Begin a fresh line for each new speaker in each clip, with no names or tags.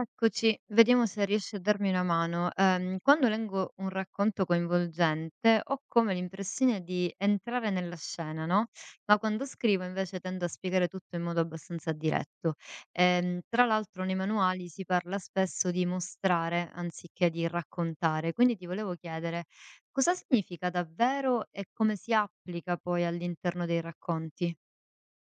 Eccoci, vediamo se riesci a darmi una mano. Quando leggo un racconto coinvolgente ho come l'impressione di entrare nella scena, no? Ma quando scrivo invece tendo a spiegare tutto in modo abbastanza diretto. Tra l'altro nei manuali si parla spesso di mostrare anziché di raccontare, quindi ti volevo chiedere cosa significa davvero e come si applica poi all'interno dei racconti?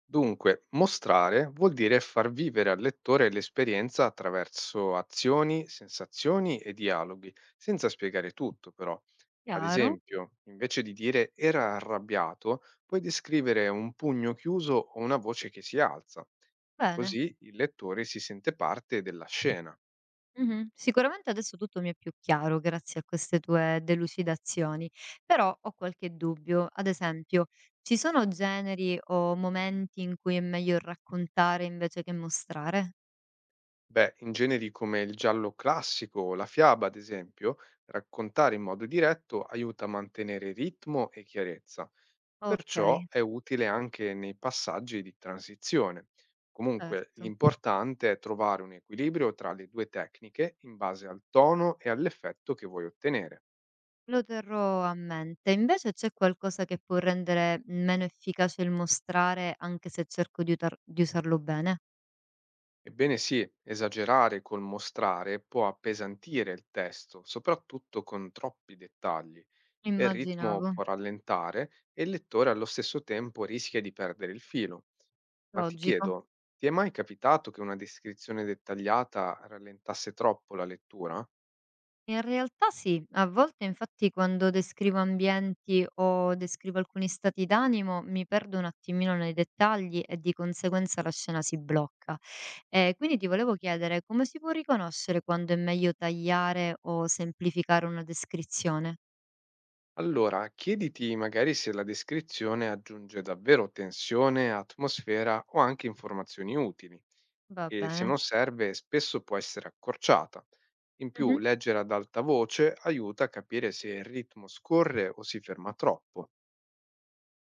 Dunque, mostrare vuol dire far vivere al lettore l'esperienza attraverso azioni, sensazioni e dialoghi, senza spiegare tutto però. Ad
Chiaro?
esempio, invece di dire era arrabbiato, puoi descrivere un pugno chiuso o una voce che si alza, e
Bene.
così il lettore si sente parte della scena.
Mh-mh. Sicuramente adesso tutto mi è più chiaro grazie a queste tue delucidazioni, però ho qualche dubbio. Ad esempio, ci sono generi o momenti in cui è meglio raccontare invece che mostrare?
Beh, in generi come il giallo classico o la fiaba, ad esempio, raccontare in modo diretto aiuta a mantenere ritmo e chiarezza. Perciò
Okay,
è utile anche nei passaggi di transizione. Comunque
certo.
l'importante è trovare un equilibrio tra le due tecniche in base al tono e all'effetto che vuoi ottenere.
Lo terrò a mente. Invece c'è qualcosa che può rendere meno efficace il mostrare anche se cerco di utar di usarlo bene?
Ebbene sì, esagerare col mostrare può appesantire il testo, soprattutto con troppi dettagli, e il ritmo
Immaginavo,
può rallentare e il lettore allo stesso tempo rischia di perdere il filo. Ma ti
logico.
chiedo, ti è mai capitato che una descrizione dettagliata rallentasse troppo la lettura?
In realtà sì, a volte infatti quando descrivo ambienti o descrivo alcuni stati d'animo mi perdo un attimino nei dettagli e di conseguenza la scena si blocca. Quindi ti volevo chiedere come si può riconoscere quando è meglio tagliare o semplificare una descrizione?
Allora, chiediti magari se la descrizione aggiunge davvero tensione, atmosfera o anche informazioni utili,
Va
e se
bene.
non serve spesso può essere accorciata. In più,
Mhm.
leggere ad alta voce aiuta a capire se il ritmo scorre o si ferma troppo.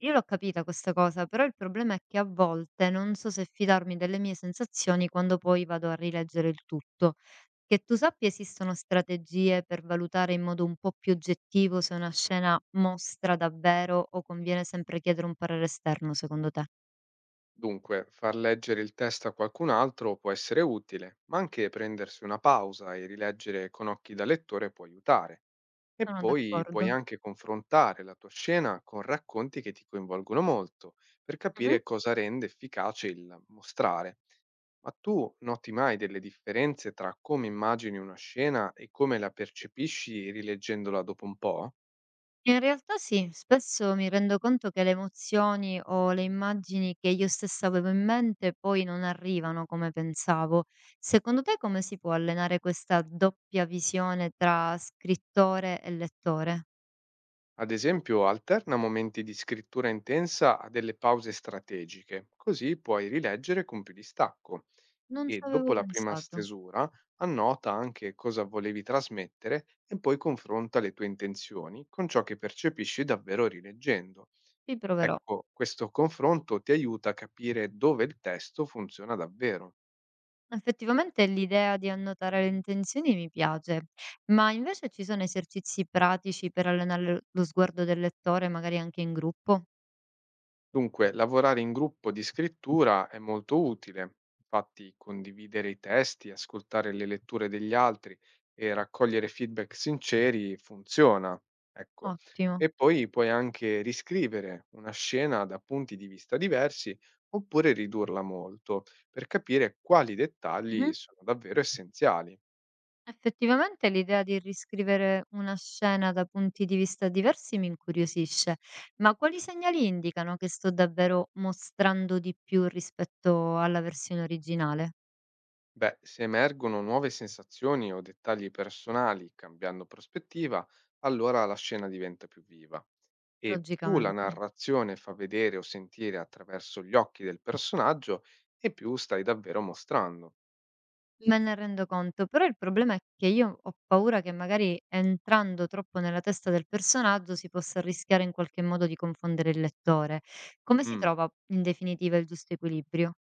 Io l'ho capita questa cosa, però il problema è che a volte non so se fidarmi delle mie sensazioni quando poi vado a rileggere il tutto. Che tu sappia esistono strategie per valutare in modo un po' più oggettivo se una scena mostra davvero o conviene sempre chiedere un parere esterno, secondo te?
Dunque, far leggere il testo a qualcun altro può essere utile, ma anche prendersi una pausa e rileggere con occhi da lettore può aiutare. E
Sono
poi puoi
d'accordo.
anche confrontare la tua scena con racconti che ti coinvolgono molto, per
Mh-mh.
capire cosa rende efficace il mostrare. Ma tu noti mai delle differenze tra come immagini una scena e come la percepisci rileggendola dopo un po'?
In realtà sì, spesso mi rendo conto che le emozioni o le immagini che io stessa avevo in mente poi non arrivano come pensavo. Secondo te come si può allenare questa doppia visione tra scrittore e lettore?
Ad esempio, alterna momenti di scrittura intensa a delle pause strategiche, così puoi rileggere con più distacco.
Non ci
E dopo
avevo
la prima
pensato.
stesura, annota anche cosa volevi trasmettere e poi confronta le tue intenzioni con ciò che percepisci davvero rileggendo.
Ci proverò.
Ecco, questo confronto ti aiuta a capire dove il testo funziona davvero.
Effettivamente l'idea di annotare le intenzioni mi piace, ma invece ci sono esercizi pratici per allenare lo sguardo del lettore, magari anche in gruppo?
Dunque, lavorare in gruppo di scrittura è molto utile, infatti condividere i testi, ascoltare le letture degli altri e raccogliere feedback sinceri funziona, ecco.
Ottimo.
E poi puoi anche riscrivere una scena da punti di vista diversi oppure ridurla molto per capire quali dettagli
Mhm.
sono davvero essenziali.
Effettivamente l'idea di riscrivere una scena da punti di vista diversi mi incuriosisce, ma quali segnali indicano che sto davvero mostrando di più rispetto alla versione originale?
Beh, se emergono nuove sensazioni o dettagli personali cambiando prospettiva, allora la scena diventa più viva e più la
Logicamente.
narrazione fa vedere o sentire attraverso gli occhi del personaggio e più stai davvero mostrando.
Me ne rendo conto, però il problema è che io ho paura che magari entrando troppo nella testa del personaggio si possa rischiare in qualche modo di confondere il lettore. Come si
Mm,
trova in definitiva il giusto equilibrio?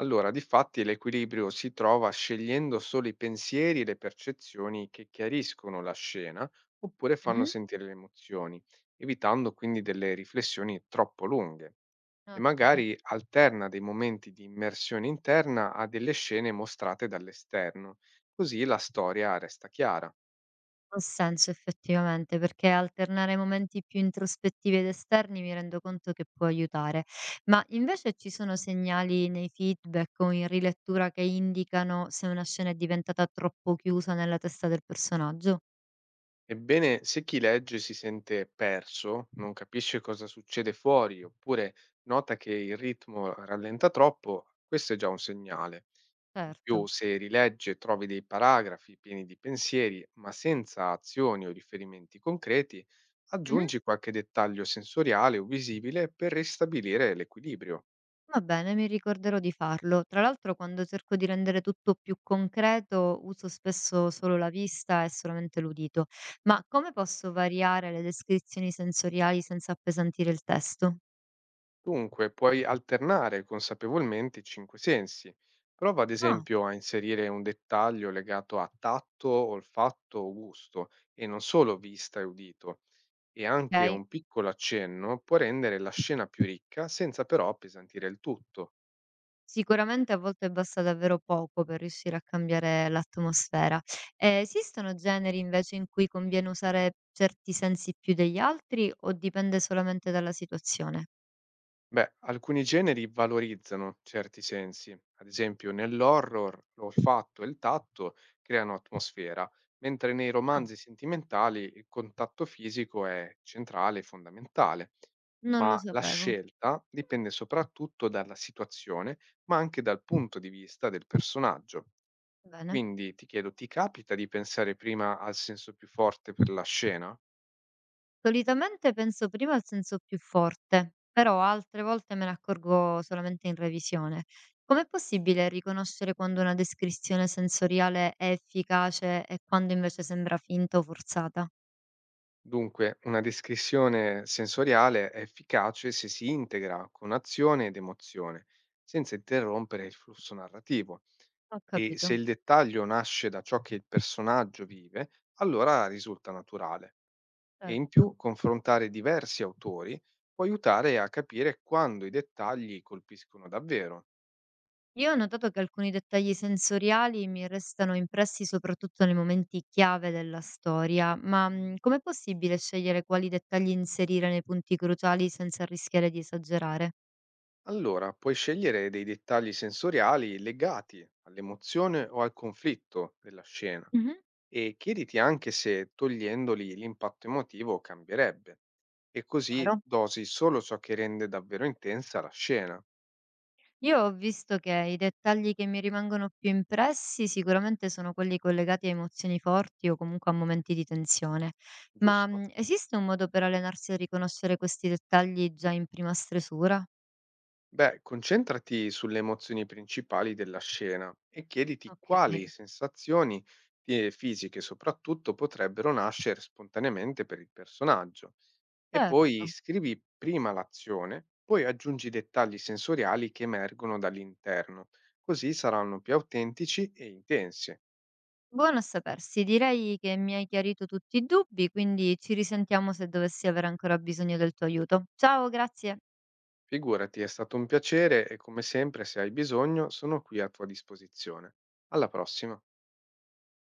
Allora, difatti, l'equilibrio si trova scegliendo solo i pensieri e le percezioni che chiariscono la scena oppure fanno
Mh-mh.
sentire le emozioni, evitando quindi delle riflessioni troppo lunghe. E
Okay,
magari alterna dei momenti di immersione interna a delle scene mostrate dall'esterno, così la storia resta chiara.
ha senso effettivamente, perché alternare momenti più introspettivi ed esterni mi rendo conto che può aiutare. Ma invece ci sono segnali nei feedback o in rilettura che indicano se una scena è diventata troppo chiusa nella testa del personaggio?
Ebbene, se chi legge si sente perso, non capisce cosa succede fuori oppure nota che il ritmo rallenta troppo, questo è già un segnale. In
Certo.
più, se rilegge e trovi dei paragrafi pieni di pensieri, ma senza azioni o riferimenti concreti,
Mh-mh.
aggiungi qualche dettaglio sensoriale o visibile per ristabilire l'equilibrio.
Va bene, mi ricorderò di farlo. Tra l'altro, quando cerco di rendere tutto più concreto, uso spesso solo la vista e solamente l'udito. Ma come posso variare le descrizioni sensoriali senza appesantire il testo?
Dunque, puoi alternare consapevolmente i cinque sensi. Prova ad
Ah,
esempio a inserire un dettaglio legato a tatto, olfatto o gusto, e non solo vista e udito. E anche
ok,
un piccolo accenno può rendere la scena più ricca senza però appesantire il tutto.
sicuramente a volte basta davvero poco per riuscire a cambiare l'atmosfera. Esistono generi invece in cui conviene usare certi sensi più degli altri o dipende solamente dalla situazione?
Beh, alcuni generi valorizzano certi sensi, ad esempio nell'horror l'olfatto e il tatto creano atmosfera, mentre nei
Ah.
romanzi sentimentali il contatto fisico è centrale e fondamentale,
Non lo
ma la
sapevo.
scelta dipende soprattutto dalla situazione, ma anche dal punto di vista del personaggio.
Bene.
Quindi ti chiedo, ti capita di pensare prima al senso più forte per la scena?
Solitamente penso prima al senso più forte, però altre volte me ne accorgo solamente in revisione. Com'è possibile riconoscere quando una descrizione sensoriale è efficace e quando invece sembra finta o forzata?
Dunque, una descrizione sensoriale è efficace se si integra con azione ed emozione, senza interrompere il flusso narrativo.
Ho
E se
capito,
il dettaglio nasce da ciò che il personaggio vive, allora risulta naturale. E in
certo.
più, confrontare diversi autori può aiutare a capire quando i dettagli colpiscono davvero.
Io ho notato che alcuni dettagli sensoriali mi restano impressi soprattutto nei momenti chiave della storia, ma com'è possibile scegliere quali dettagli inserire nei punti cruciali senza rischiare di esagerare?
Allora, puoi scegliere dei dettagli sensoriali legati all'emozione o al conflitto della scena
Mhm.
e chiediti anche se togliendoli l'impatto emotivo cambierebbe e così
Chiaro.
dosi solo ciò che rende davvero intensa la scena,
Io ho visto che i dettagli che mi rimangono più impressi sicuramente sono quelli collegati a emozioni forti o comunque a momenti di tensione, ma
giusto?
esiste un modo per allenarsi a riconoscere questi dettagli già in prima stresura?
Beh, concentrati sulle emozioni principali della scena e chiediti
Ok.
quali sensazioni fisiche soprattutto potrebbero nascere spontaneamente per il personaggio e poi
Certo,
scrivi prima l'azione, poi aggiungi i dettagli sensoriali che emergono dall'interno, così saranno più autentici e intensi.
buono a sapersi. Direi che mi hai chiarito tutti i dubbi, quindi ci risentiamo se dovessi avere ancora bisogno del tuo aiuto. Ciao, grazie.
Figurati, è stato un piacere e come sempre, se hai bisogno, sono qui a tua disposizione. Alla prossima.